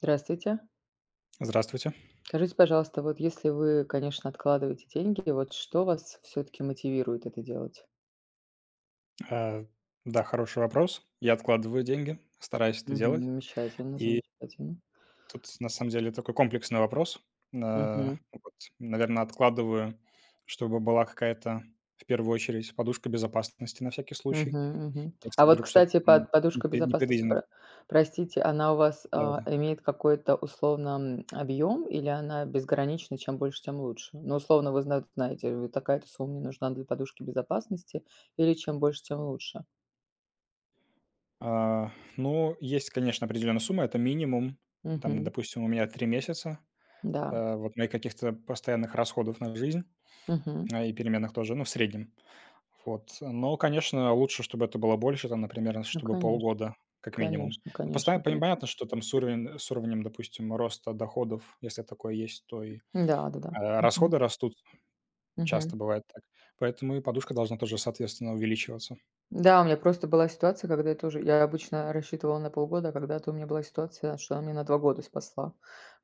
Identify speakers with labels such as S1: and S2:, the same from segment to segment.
S1: Здравствуйте.
S2: Здравствуйте.
S1: Скажите, пожалуйста, вот если вы, конечно, откладываете деньги, вот что вас все-таки мотивирует это делать?
S2: Э, да, хороший вопрос. Я откладываю деньги, стараюсь это
S1: Мгм.
S2: делать.
S1: Замечательно,
S2: И
S1: замечательно.
S2: тут на самом деле такой комплексный вопрос. Э,
S1: Мгм.
S2: вот, наверное, откладываю, чтобы была какая-то, в первую очередь, подушка безопасности на всякий случай,
S1: Мгм, мгм.
S2: если
S1: А вот,
S2: вдруг что-то
S1: кстати,
S2: там
S1: подушка безопасности,
S2: непредвиденное.
S1: простите, она у вас
S2: Да-да-да.
S1: имеет какой-то условно объем или она безгранична, чем больше, тем лучше? Ну, условно, вы знаете, вы такая-то сумма мне нужна для подушки безопасности, или чем больше, тем лучше?
S2: А, ну, есть, конечно, определенная сумма, это минимум. Там,
S1: Мгм.
S2: допустим, у меня 3 месяца
S1: Да.
S2: вот моих каких-то постоянных расходов на жизнь
S1: Мгм.
S2: и переменных тоже, ну, в среднем. Вот, но, конечно, лучше, чтобы это было больше, там, например,
S1: Ну,
S2: чтобы
S1: конечно,
S2: полгода как минимум.
S1: конечно,
S2: Ну, постоя
S1: конечно, конечно.
S2: понятно, что там с уровнем, допустим, роста доходов, если такое есть, то и,
S1: Да, да-да. Мгм.
S2: расходы растут, часто
S1: Мгм.
S2: бывает так. Поэтому и подушка должна тоже, соответственно, увеличиваться.
S1: Да, у меня просто была ситуация, когда я тоже я обычно рассчитывала на полгода, а когда-то у меня была ситуация, что она меня на 2 года спасла.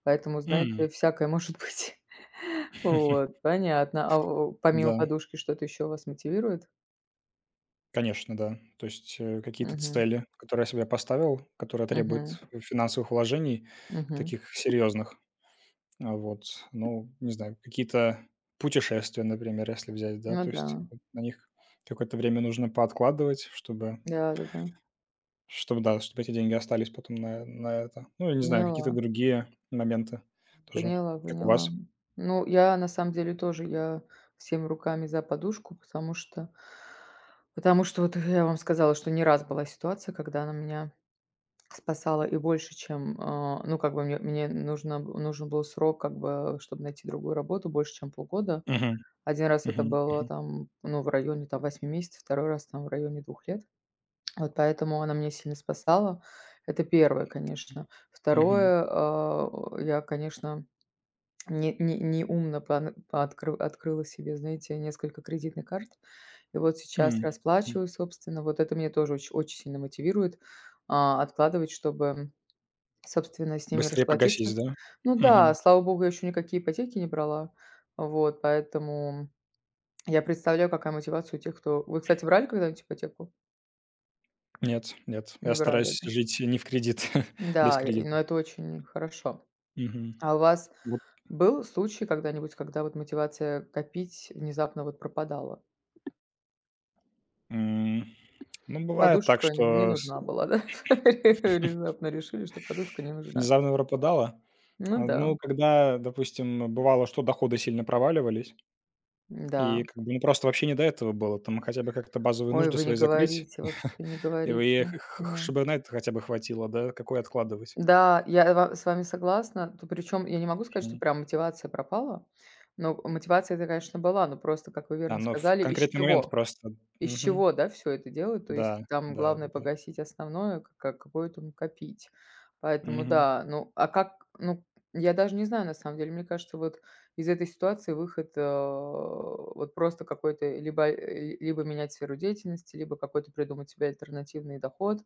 S1: Поэтому,
S2: М,
S1: знаете, всякое может быть. Вот, понятно. Помимо
S2: да,
S1: подушки что-то еще вас мотивирует?
S2: конечно, да. То есть, какие-то
S1: Мгм.
S2: цели, которые я себе поставил, которые
S1: Мгм.
S2: требуют финансовых вложений
S1: Мгм.
S2: таких серьезных. А вот, ну, не знаю, какие-то путешествия, например, если взять, да,
S1: Ну
S2: то есть
S1: да.
S2: вот на них какое-то время нужно пооткладывать, чтобы
S1: Да-да-да.
S2: чтобы, да, чтобы эти деньги остались потом на это. Ну, я не знаю, какие-то
S1: Поняла.
S2: другие моменты тоже,
S1: Поняла,
S2: как у
S1: поняла.
S2: вас.
S1: Ну, я на самом деле тоже, я всеми руками за подушку, потому что вот я вам сказала, что не раз была ситуация, когда она меня спасала и больше, чем, ну, как бы мне нужен был срок, как бы, чтобы найти другую работу, больше, чем полгода.
S2: Мгм,
S1: Один раз это
S2: мгм,
S1: было
S2: мгм,
S1: там, ну, в районе там восьми месяцев, второй раз там в районе двух лет. Вот поэтому она меня сильно спасала. Это первое, конечно.
S2: мгм,
S1: Второе, я, конечно не не неумно пон пооткры открыла себе, знаете, несколько кредитных карт. И вот
S2: м,
S1: сейчас
S2: м.
S1: расплачиваюсь, собственно. Вот это меня тоже очень очень сильно мотивирует, откладывать, чтобы, собственно, с ними
S2: Быстрее
S1: расплатиться.
S2: погасить, да?
S1: Ну да,
S2: Мгм.
S1: слава богу, я еще никакие ипотеки не брала. Вот, поэтому я представляю, какая мотивация у тех, кто Вы, кстати, брали когда-нибудь ипотеку?
S2: Нет, нет, я
S1: Не брали,
S2: стараюсь
S1: да?
S2: жить не в кредит, без
S1: Да, и но
S2: кредита.
S1: это очень хорошо.
S2: Мгм.
S1: А у вас
S2: Вот,
S1: был случай когда-нибудь, когда вот мотивация копить внезапно вот пропадала?
S2: м, ну, бывает так,
S1: Подушка не
S2: что с
S1: нужна была, да? Внезапно решили, что подушка не нужна.
S2: внезапно пропадало.
S1: Ну
S2: А,
S1: да,
S2: ну, когда, допустим, бывало, что доходы сильно проваливались, и
S1: да.
S2: как бы, ну, просто вообще не до этого было. Там хотя бы как-то базовые
S1: Ой,
S2: нужды
S1: вы не
S2: свои закрыть,
S1: говорите, вообще не
S2: и вы
S1: говорите.
S2: х х
S1: Ну
S2: чтобы на это хотя бы хватило, да, какое откладывать.
S1: да, я ва с вами согласна. Причем я не могу сказать, что
S2: Мгм.
S1: прям мотивация пропала, но мотивация это, конечно, была, но просто, как вы
S2: Да,
S1: верно
S2: но в
S1: сказали, из
S2: конкретный момент
S1: чего?
S2: просто.
S1: Из
S2: Мгм.
S1: чего, да, все это делают? То
S2: Да,
S1: есть там главное
S2: да-да-да.
S1: погасить основное, к как какое-то накопить. Поэтому
S2: Мгм.
S1: да, ну, а как, ну, я даже не знаю, на самом деле. Мне кажется, вот из этой ситуации выход, вот просто какой-то либо, либо менять сферу деятельности, либо какой-то придумать себе альтернативный доход.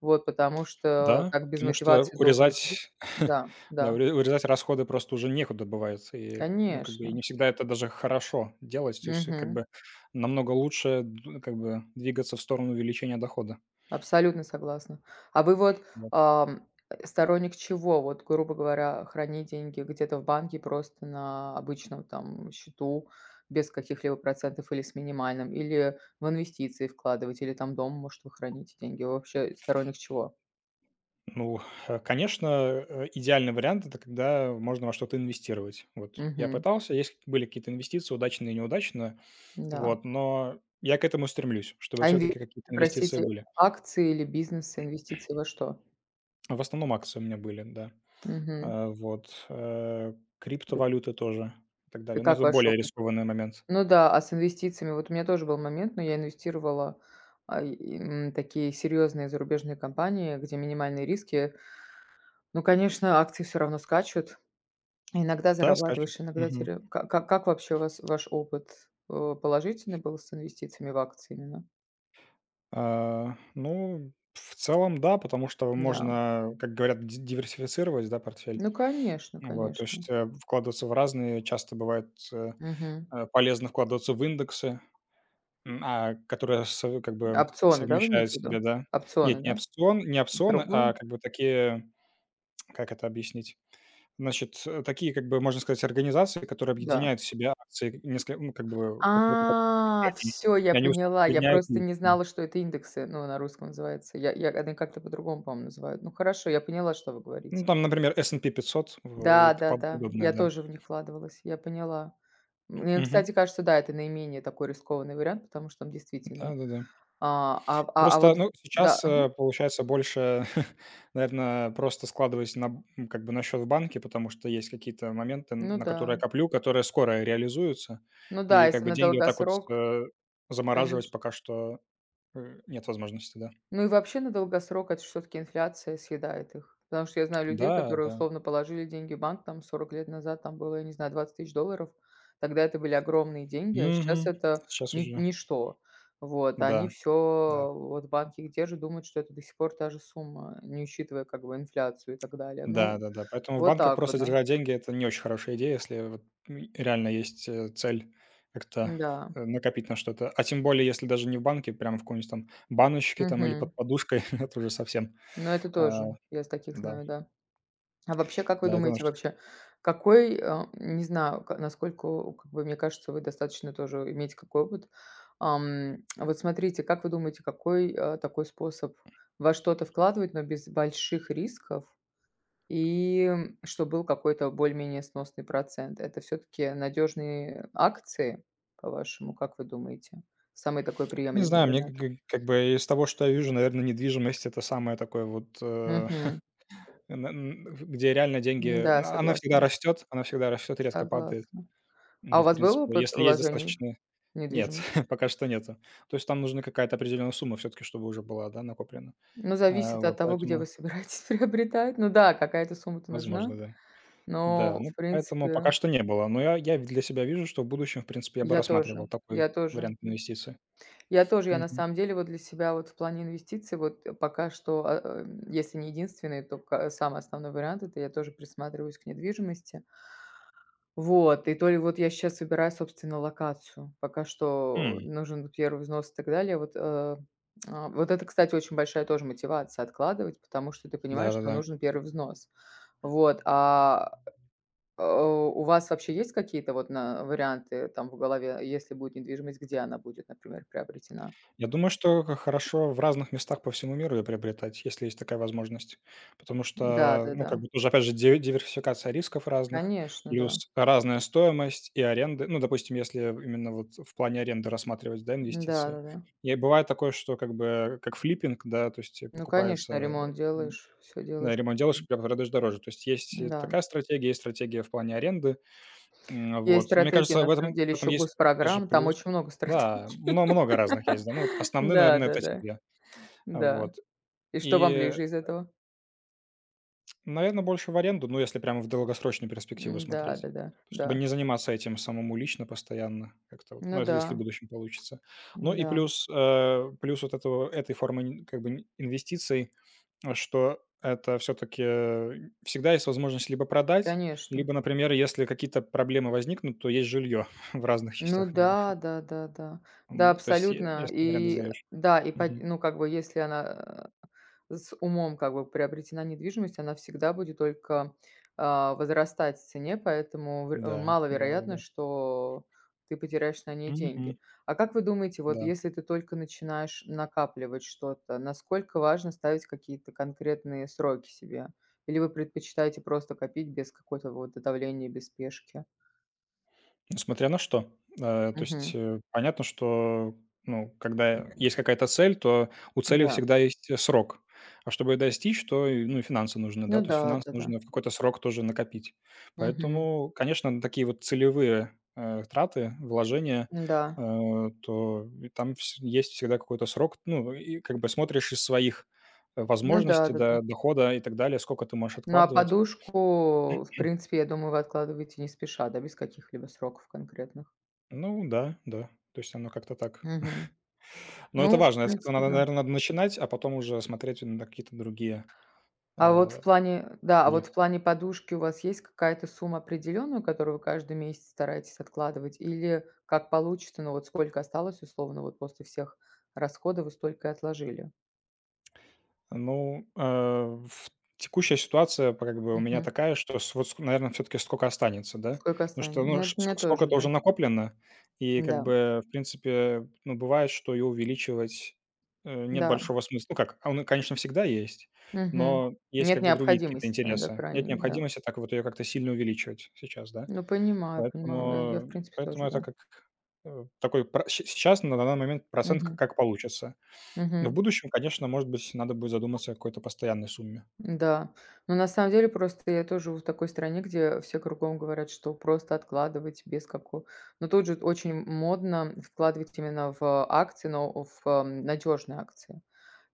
S1: Вот, потому что
S2: Да,
S1: так без
S2: потому что
S1: мотивации долго находиться.
S2: урезать,
S1: Да,
S2: да,
S1: да,
S2: урезать расходы просто уже некуда бывает. И, ну, как бы и
S1: конечно.
S2: не всегда это даже хорошо делать. То есть, как
S1: Мгм.
S2: бы намного лучше д как бы двигаться в сторону увеличения дохода.
S1: Абсолютно согласна. А вы вот,
S2: Вот.
S1: сторонник чего? Вот, грубо говоря, хранить деньги где-то в банке просто на обычном там счету, без каких-либо процентов или с минимальным, или в инвестиции вкладывать, или там дом, может, вы храните деньги. Вы вообще сторонник чего?
S2: Ну, конечно, идеальный вариант — это когда можно во что-то инвестировать. Вот я
S1: Мгм.
S2: пытался, есть были какие-то инвестиции, удачные и неудачные,
S1: Да.
S2: вот, но я к этому стремлюсь, чтобы
S1: А
S2: все
S1: инвестиции,
S2: таки какие-то инвестиции
S1: простите,
S2: были.
S1: акции или бизнесы, инвестиции во что?
S2: В основном акции у меня были, да.
S1: Мгм.
S2: А, вот,
S1: И
S2: криптовалюты тоже и так
S1: и
S2: далее. Но
S1: как
S2: это
S1: ваш
S2: более рискованный момент.
S1: Ну да, а с инвестициями вот у меня тоже был момент, но я инвестировала, такие серьезные зарубежные компании, где минимальные риски. Ну, конечно, акции все равно скачут. Иногда
S2: Да, скачут.
S1: зарабатываешь, иногда
S2: Мгм.
S1: теряешь. Ка ка как вообще у вас ваш опыт, положительный был с инвестициями в акции именно?
S2: А, ну, в целом, да, потому что
S1: Да.
S2: можно, как говорят, ди диверсифицировать, да, портфель.
S1: Ну, конечно,
S2: Вот, то
S1: конечно.
S2: есть, вкладываться в разные. Часто бывает,
S1: Мгм.
S2: полезно вкладываться в индексы, которые со как бы
S1: Опционы, да, вы имеете
S2: совмещают
S1: в
S2: в себе,
S1: виду?
S2: да.
S1: Опционы,
S2: Нет,
S1: да?
S2: не опционы,
S1: Другое?
S2: а как бы такие, как это объяснить? Значит, такие, как бы, можно сказать, организации, которые
S1: Да.
S2: объединяют в себя акции несколько, ну, как бы, какой-то компании,
S1: Все, я
S2: и они
S1: поняла. Я
S2: усредняют
S1: просто не
S2: риски.
S1: знала, что это индексы, ну, на русском называется. Я они как-то по-другому, по-моему, называют. Ну, хорошо, я поняла, что вы говорите.
S2: Ну, там, например, S&P 500 в и т тому
S1: Да-да-да,
S2: подобное,
S1: я
S2: да.
S1: тоже в них вкладывалась, я поняла. Мне,
S2: Мгм.
S1: кстати, кажется, да, это наименее такой рискованный вариант, потому что там действительно,
S2: Да-да-да. Просто,
S1: вот,
S2: ну,
S1: да,
S2: сейчас, получается, больше, наверное, просто складываясь на как бы на счет в банке, потому что есть какие-то моменты, н
S1: ну
S2: на которые я
S1: да,
S2: коплю, которые скоро реализуются.
S1: ну да,
S2: И как
S1: если
S2: бы
S1: на
S2: деньги вот так вот,
S1: долгосрок,
S2: замораживать
S1: конечно.
S2: пока что, нет возможности, да.
S1: Ну и вообще на долгосрок это все таки инфляция съедает их. Потому что я знаю людей,
S2: Да,
S1: которые
S2: да.
S1: условно положили деньги в банк, там 40 лет назад там было, я не знаю, 20 тысяч долларов. Тогда это были огромные деньги, а сейчас
S2: Мгм.
S1: это
S2: Сейчас
S1: ни
S2: уже,
S1: ничто. Вот, а они
S2: да,
S1: все
S2: да.
S1: вот банки банке их держат, думают, что это до сих пор та же сумма, не учитывая как бы инфляцию и так далее. Ну,
S2: Да-да-да. Поэтому в
S1: вот
S2: банках
S1: так вот,
S2: просто
S1: да.
S2: держать деньги — это не очень хорошая идея, если вот, реально есть, цель как-то,
S1: Да.
S2: накопить на что-то. А тем более, если даже не в банке, прямо в какой-нибудь там баночке там или
S1: Мгм.
S2: под подушкой, это уже совсем,
S1: Но это
S2: а,
S1: тоже, я с таких
S2: да,
S1: знаю, да. А вообще, как вы
S2: да, это
S1: думаете,
S2: нужно.
S1: вообще, какой, не знаю, ка насколько, у как бы, мне кажется, вы достаточно тоже имеете какой опыт. Вот смотрите, как вы думаете, какой, такой способ во что-то вкладывать, но без больших рисков, чтоб был какой-то более-менее сносный процент? Это все таки надежные акции, по-вашему, как вы думаете? Самый такой
S2: Не
S1: приемлемый
S2: знаю, мне
S1: вариант?
S2: как бы из того, что я вижу, наверное, недвижимость — это самое такое вот,
S1: Мгм.
S2: н н где реально деньги,
S1: Да,
S2: ну,
S1: согласна,
S2: она всегда растет и редко падает.
S1: согласна. А
S2: И,
S1: у
S2: в
S1: вас был
S2: принципе,
S1: опыт
S2: если есть
S1: вложений
S2: достаточно.
S1: в
S2: Нет,
S1: недвижимость?
S2: пока что нету. То есть там нужна какая-то определенная сумма все таки, чтобы уже была, да, накоплена.
S1: Ну,
S2: А,
S1: зависит от
S2: вот
S1: того, где вы
S2: поэтому
S1: собираетесь приобретать. Ну да, какая-то сумма-то нужна,
S2: возможно, да. Да,
S1: но,
S2: ну,
S1: в
S2: поэтому пока
S1: принципе,
S2: что не было. Но я для себя вижу, что в будущем, в принципе, я бы
S1: я тоже,
S2: рассматривал
S1: я
S2: такой
S1: тоже.
S2: вариант инвестиций.
S1: Я тоже, я на
S2: Мгм.
S1: самом деле вот для себя вот в плане инвестиций вот пока что, если не единственный, то самый основной вариант- это я тоже присматриваюсь к недвижимости. Вот, и то ли вот я сейчас выбираю, собственно, локацию. Пока что
S2: М.
S1: нужен первый взнос и так далее. Вот, вот это, кстати, очень большая тоже мотивация откладывать, потому что ты понимаешь, что
S2: Да-да-да.
S1: нужен первый взнос. Вот, у вас вообще есть какие-то вот на варианты там в голове, если будет недвижимость, где она будет, например, приобретена?
S2: Я думаю, что х хорошо в разных местах по всему миру её приобретать, если есть такая возможность. Потому что, ну,
S1: Да-да-да,
S2: как бы тоже, опять же, ди диверсификация рисков разных,
S1: конечно, да.
S2: плюс разная стоимость и аренды. Ну, допустим, если именно вот в плане аренды рассматривать, да, инвестиции.
S1: Да-да-да.
S2: И бывает такое, что как бы как флиппинг, да, то есть
S1: Ну, конечно,
S2: покупается,
S1: ремонт
S2: м,
S1: делаешь, все
S2: да,
S1: делаешь.
S2: ремонт делаешь, продаешь дороже. То есть есть и
S1: Да.
S2: такая стратегия, есть стратегия в плане аренды. М,
S1: Есть
S2: вот. Но мне
S1: стратегии,
S2: кажется,
S1: на
S2: в
S1: самом
S2: этом
S1: деле,
S2: в этом
S1: еще
S2: есть даже
S1: госпрограмм, там
S2: плюс.
S1: очень много
S2: Да,
S1: стратегий.
S2: много разных есть, да. Ну, вот основные, наверное,
S1: Да-да-да, да.
S2: это эти
S1: Да,
S2: 2.
S1: да.
S2: Вот.
S1: И что вам
S2: И,
S1: ближе из этого?
S2: наверное, больше в аренду, ну, если прямо в долгосрочную перспективу
S1: М,
S2: смотреть,
S1: да-да-да, да.
S2: чтобы не заниматься этим самому лично постоянно
S1: Да, да.
S2: как-то вот. Ну,
S1: Ну
S2: это если в
S1: да,
S2: будущем получится. Ну и
S1: да,
S2: плюс, вот этого этой формы н как бы н инвестиций, что это все таки всегда есть возможность либо продать,
S1: конечно.
S2: либо, например, если какие-то проблемы возникнут, то есть жилье в разных
S1: Ну
S2: частях мира.
S1: да, да, да, да. Да,
S2: То есть, е
S1: абсолютно.
S2: если в аренду
S1: И
S2: сдаёшь.
S1: да, и пот
S2: Мгм.
S1: ну, как бы, если она, с умом, как бы, приобретена недвижимость, она всегда будет только, возрастать в цене, поэтому
S2: Да,
S1: маловероятно,
S2: да-да-да.
S1: что ты потеряешь на ней
S2: Мгм.
S1: деньги. А как вы думаете, вот
S2: Да.
S1: если ты только начинаешь накапливать что-то, насколько важно ставить какие-то конкретные сроки себе? Или вы предпочитаете просто копить без какого то вот давления, без спешки?
S2: Несмотря на что. То есть,
S1: Мгм.
S2: понятно, что, ну, когда есть какая-то цель, то у цели
S1: Да.
S2: всегда есть, срок. А чтобы её достичь, то и, ну, и финансы нужны,
S1: Ну
S2: да, то есть
S1: да,
S2: финансы
S1: да-да.
S2: нужно в какой-то срок тоже накопить.
S1: Мгм.
S2: Поэтому, конечно, на такие вот целевые, траты, вложения,
S1: Да.
S2: то и там вс есть всегда какой-то срок. Ну, и как бы смотришь из своих,
S1: Ну да,
S2: возможностей,
S1: да-да.
S2: да, дохода и так далее, сколько ты можешь
S1: Ну, а
S2: откладывать.
S1: подушку, в принципе, я думаю, вы откладываете не спеша, да, без каких-либо сроков конкретных?
S2: Ну да, да, то есть оно как-то так.
S1: Мгм.
S2: Но это
S1: Ну, в
S2: важно. С этого
S1: принципе,
S2: надо,
S1: да.
S2: наверное, надо начинать, а потом уже смотреть на какие-то другие,
S1: А вот в
S2: э,
S1: плане да, а
S2: цели.
S1: вот в плане подушки у вас есть какая-то сумма определенная, которую вы каждый месяц стараетесь откладывать, или как получится, ну, вот сколько осталось, условно, вот после всех расходов вы столько и отложили?
S2: Ну, в текущая ситуация, п как бы, у меня
S1: Мгм.
S2: такая, что с вот, наверное, все таки сколько останется, да.
S1: Сколько
S2: Потому что,
S1: останется? Ну,
S2: ну,
S1: это
S2: ш
S1: у
S2: ск
S1: меня тоже,
S2: сколько-то
S1: да.
S2: уже накоплено, и, как
S1: Да,
S2: бы, в принципе, ну, бывает, что и увеличивать, нет
S1: да.
S2: большого смысла. Ну как, он, конечно, всегда есть,
S1: Мгм.
S2: но есть,
S1: Нет
S2: как бы, другие какие-то
S1: необходимости, да,
S2: интересы. Нет
S1: крайней, да.
S2: необходимости так вот ее как-то сильно увеличивать сейчас, да.
S1: Ну, понимаю, понимаю. Я, в
S2: Поэтому
S1: принципе,
S2: поэтому
S1: тоже, да.
S2: это как, такой пра щ сейчас, на данный момент, процент к
S1: Мгм.
S2: как получится. Но в
S1: Мгм.
S2: будущем, конечно, может быть, надо будет задуматься о какой-то постоянной сумме.
S1: Да, но на самом деле просто я тоже живу в такой стране, где все кругом говорят, что просто откладывать без какого... Но тут же очень модно вкладывать именно в акции, но надежные акции.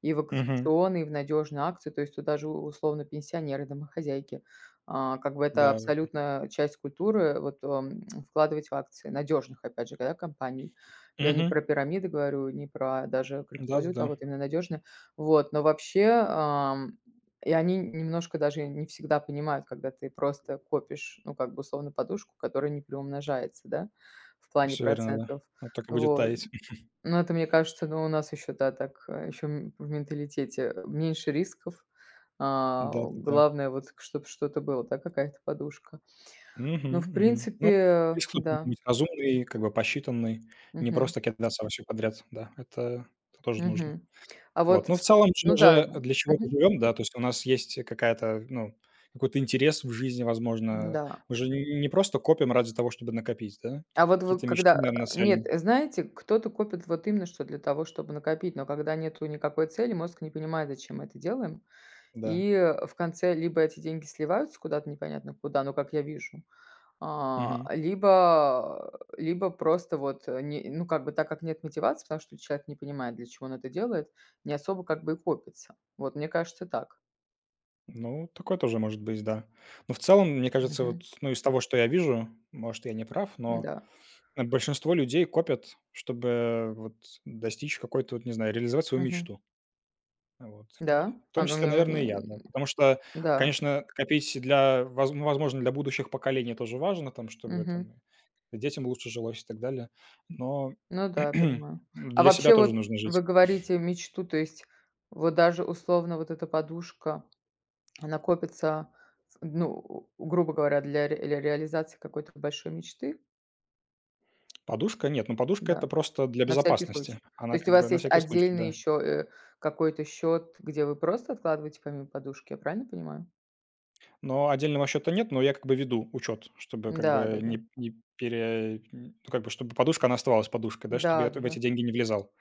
S1: И в
S2: Мгм.
S1: акционные, и в надежные акции, то есть туда же условно пенсионеры, домохозяйки. Как бы это
S2: Да.
S1: абсолютно часть культуры, вот вкладывать в акции надежных, опять же, да, компаний. Я не
S2: Мгм.
S1: про пирамиды говорю, не про даже криптовалюту, а
S2: Да-да-да.
S1: вот именно надежные. Вот, но вообще, и они немножко даже не всегда понимают, когда ты просто копишь, ну, как бы, условно, подушку, которая не приумножается, да, в плане
S2: Все верно, да.
S1: процентов.
S2: Вот так и будет
S1: Вот.
S2: таять.
S1: Но это, мне кажется, ну, у нас еще, да, так, еще в менталитете меньше рисков.
S2: Да-да-да.
S1: Главное, вот, чтобы что-то было, да, какая-то подушка.
S2: Мгм,
S1: Ну, в
S2: мгм. Ну,
S1: принципе,
S2: риск тут должен
S1: да.
S2: быть разумный, как бы посчитанный, не
S1: Мгм.
S2: просто кидаться во всё подряд. Да, это тоже нужно.
S1: Мгм. А вот,
S2: Вот, ну, в целом
S1: ну
S2: же
S1: да, да,
S2: же
S1: да.
S2: для чего-то
S1: Мгм.
S2: живем, да, то есть у нас есть какая-то, ну, какой-то интерес в жизни, возможно.
S1: Да.
S2: Мы же не просто копим ради того, чтобы накопить, да?
S1: А вот вы
S2: Какие-то мечты,
S1: когда
S2: наверное, цели,
S1: нет, знаете, кто-то копит вот именно что для того, чтобы накопить, но когда нету никакой цели, мозг не понимает, зачем мы это делаем.
S2: да.
S1: И в конце либо эти деньги сливаются куда-то непонятно куда, ну, как я вижу,
S2: Мгм.
S1: либо либо просто вот э, не ну, как бы так как нет мотивации, потому что человек не понимает, для чего он это делает, не особо как бы и копится. Вот, мне кажется, так.
S2: Ну, такое тоже может быть, да. Но в целом, мне кажется, вот,
S1: Мгм.
S2: ну, из того, что я вижу, может, я не прав, но,
S1: Да.
S2: большинство людей копят, чтобы вот достичь какой-то, вот не знаю, реализовать свою
S1: Мгм.
S2: мечту. Вот.
S1: Да.
S2: В том числе, наверное, и я, да. Потому что,
S1: Да.
S2: конечно, копить для воз ну, возможно, для будущих поколений тоже важно, там, чтобы
S1: Мгм.
S2: там детям лучше жилось и так далее. Но
S1: Ну да, я понимаю. А
S2: для себя
S1: вообще вот
S2: тоже нужно жить.
S1: вы говорите мечту, то есть вот даже условно вот эта подушка, она копится, ну, грубо говоря, для ре для реализации какой-то большой мечты?
S2: Подушка? Нет, ну, подушка — это
S1: Да,
S2: просто для
S1: на всякий
S2: безопасности.
S1: случай. То
S2: Она
S1: есть у
S2: как бы
S1: вас
S2: на
S1: есть
S2: всякий случай,
S1: отдельный
S2: да.
S1: еще, э, какой-то счет, где вы просто откладываете помимо подушки, я правильно понимаю?
S2: Но отдельного счета нет, но я как бы веду учет, чтобы как бы
S1: Да-да-да.
S2: не не пере ну, как бы чтобы подушка, она оставалась подушкой, да, чтобы я в
S1: Да-да-да,
S2: эти деньги не влезал.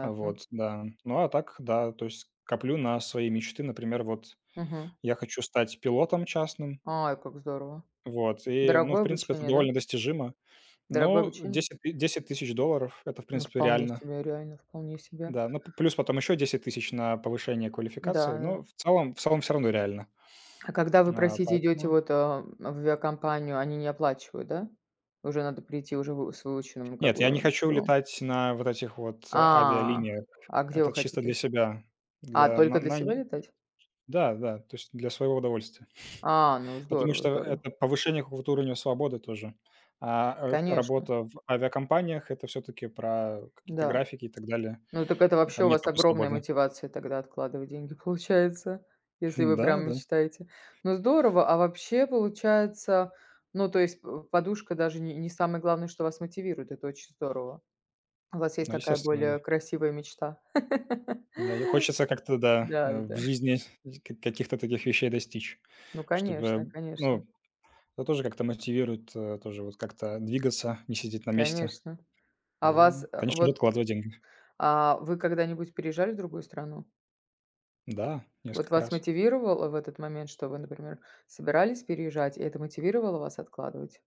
S2: А вот, да. Ну, а так, да, то есть коплю на свои мечты. Например, вот
S1: Мгм.
S2: я хочу стать пилотом частным.
S1: Ай, как здорово.
S2: Вот, и, ну, в
S1: Дорогое
S2: принципе, это
S1: обучение, да?
S2: довольно достижимо.
S1: Дорогое
S2: Ну,
S1: обучение?
S2: 10 тысяч долларов — это, в
S1: Ну,
S2: принципе,
S1: вполне
S2: реально.
S1: себе, реально, вполне себе.
S2: Да, ну, плюс потом еще 10 000 на повышение
S1: Да,
S2: квалификации.
S1: да.
S2: Но в целом все равно реально.
S1: А когда вы,
S2: А,
S1: простите, идете
S2: поэтому...
S1: вот, в авиакомпанию, они не оплачивают, да? Уже надо прийти уже вы с выученным как
S2: Нет, я
S1: бы
S2: не хочу
S1: скиллом.
S2: летать на вот этих вот
S1: А,
S2: авиалиниях.
S1: а где вы
S2: Это чисто для
S1: хотите?
S2: себя. Для...
S1: Только
S2: на-
S1: для
S2: на-
S1: себя летать?
S2: Да, да, то есть для своего удовольствия.
S1: Ну
S2: Потому
S1: здорово,
S2: что
S1: здорово.
S2: это повышение какого-то уровня свободы тоже.
S1: Конечно,
S2: Работа в авиакомпаниях — это все таки про какие-то
S1: да.
S2: графики и так далее.
S1: Ну так это вообще
S2: Там
S1: у
S2: нет
S1: вас
S2: такой
S1: огромная
S2: свободы.
S1: мотивация тогда откладывать деньги получается, если вы прям
S2: Да, да.
S1: мечтаете. Ну здорово, а вообще получается, ну то есть п подушка даже не не самое главное, что вас мотивирует, это очень здорово. У вас есть
S2: Ну,
S1: такая
S2: естественно,
S1: более
S2: да.
S1: красивая мечта.
S2: Да, и хочется как-то, да, в
S1: Да-да-да.
S2: жизни к каких-то таких вещей достичь,
S1: Ну, конечно,
S2: чтобы,
S1: конечно,
S2: ну, это тоже как-то мотивирует, тоже вот как-то двигаться, не сидеть на месте.
S1: конечно. А
S2: И,
S1: вас, э,
S2: конечно же,
S1: вот,
S2: откладывать деньги.
S1: а вы когда-нибудь переезжали в другую страну?
S2: Да,
S1: Вот
S2: несколько
S1: вас
S2: раз.
S1: мотивировало в этот момент, что вы, например, собирались переезжать, и это мотивировало вас откладывать?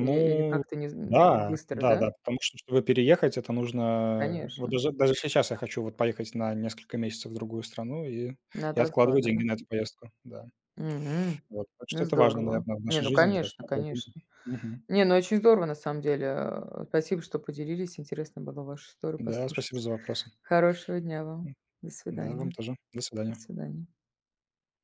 S1: Или как-то не з м,
S2: да,
S1: быстро, да?
S2: да-да, потому что, чтобы переехать, это нужно вот
S1: Конечно,
S2: даже сейчас я хочу вот поехать на несколько месяцев в другую страну, и я
S1: надо
S2: откладываю
S1: откладывать, да?
S2: деньги на эту поездку, да.
S1: Мгм.
S2: Вот, так
S1: Ну,
S2: что это важно,
S1: здорово.
S2: наверное, в
S1: Не,
S2: нашей
S1: ну,
S2: жизни, да,
S1: конечно,
S2: откладывать деньги.
S1: конечно.
S2: Мгм.
S1: Не, ну, очень здорово на самом деле. Спасибо, что поделились. Интересно было вашу историю
S2: Да, спасибо
S1: послушать.
S2: за вопросы.
S1: Хорошего дня вам. До
S2: Да, вам
S1: свидания.
S2: тоже. До
S1: До
S2: свидания.
S1: свидания.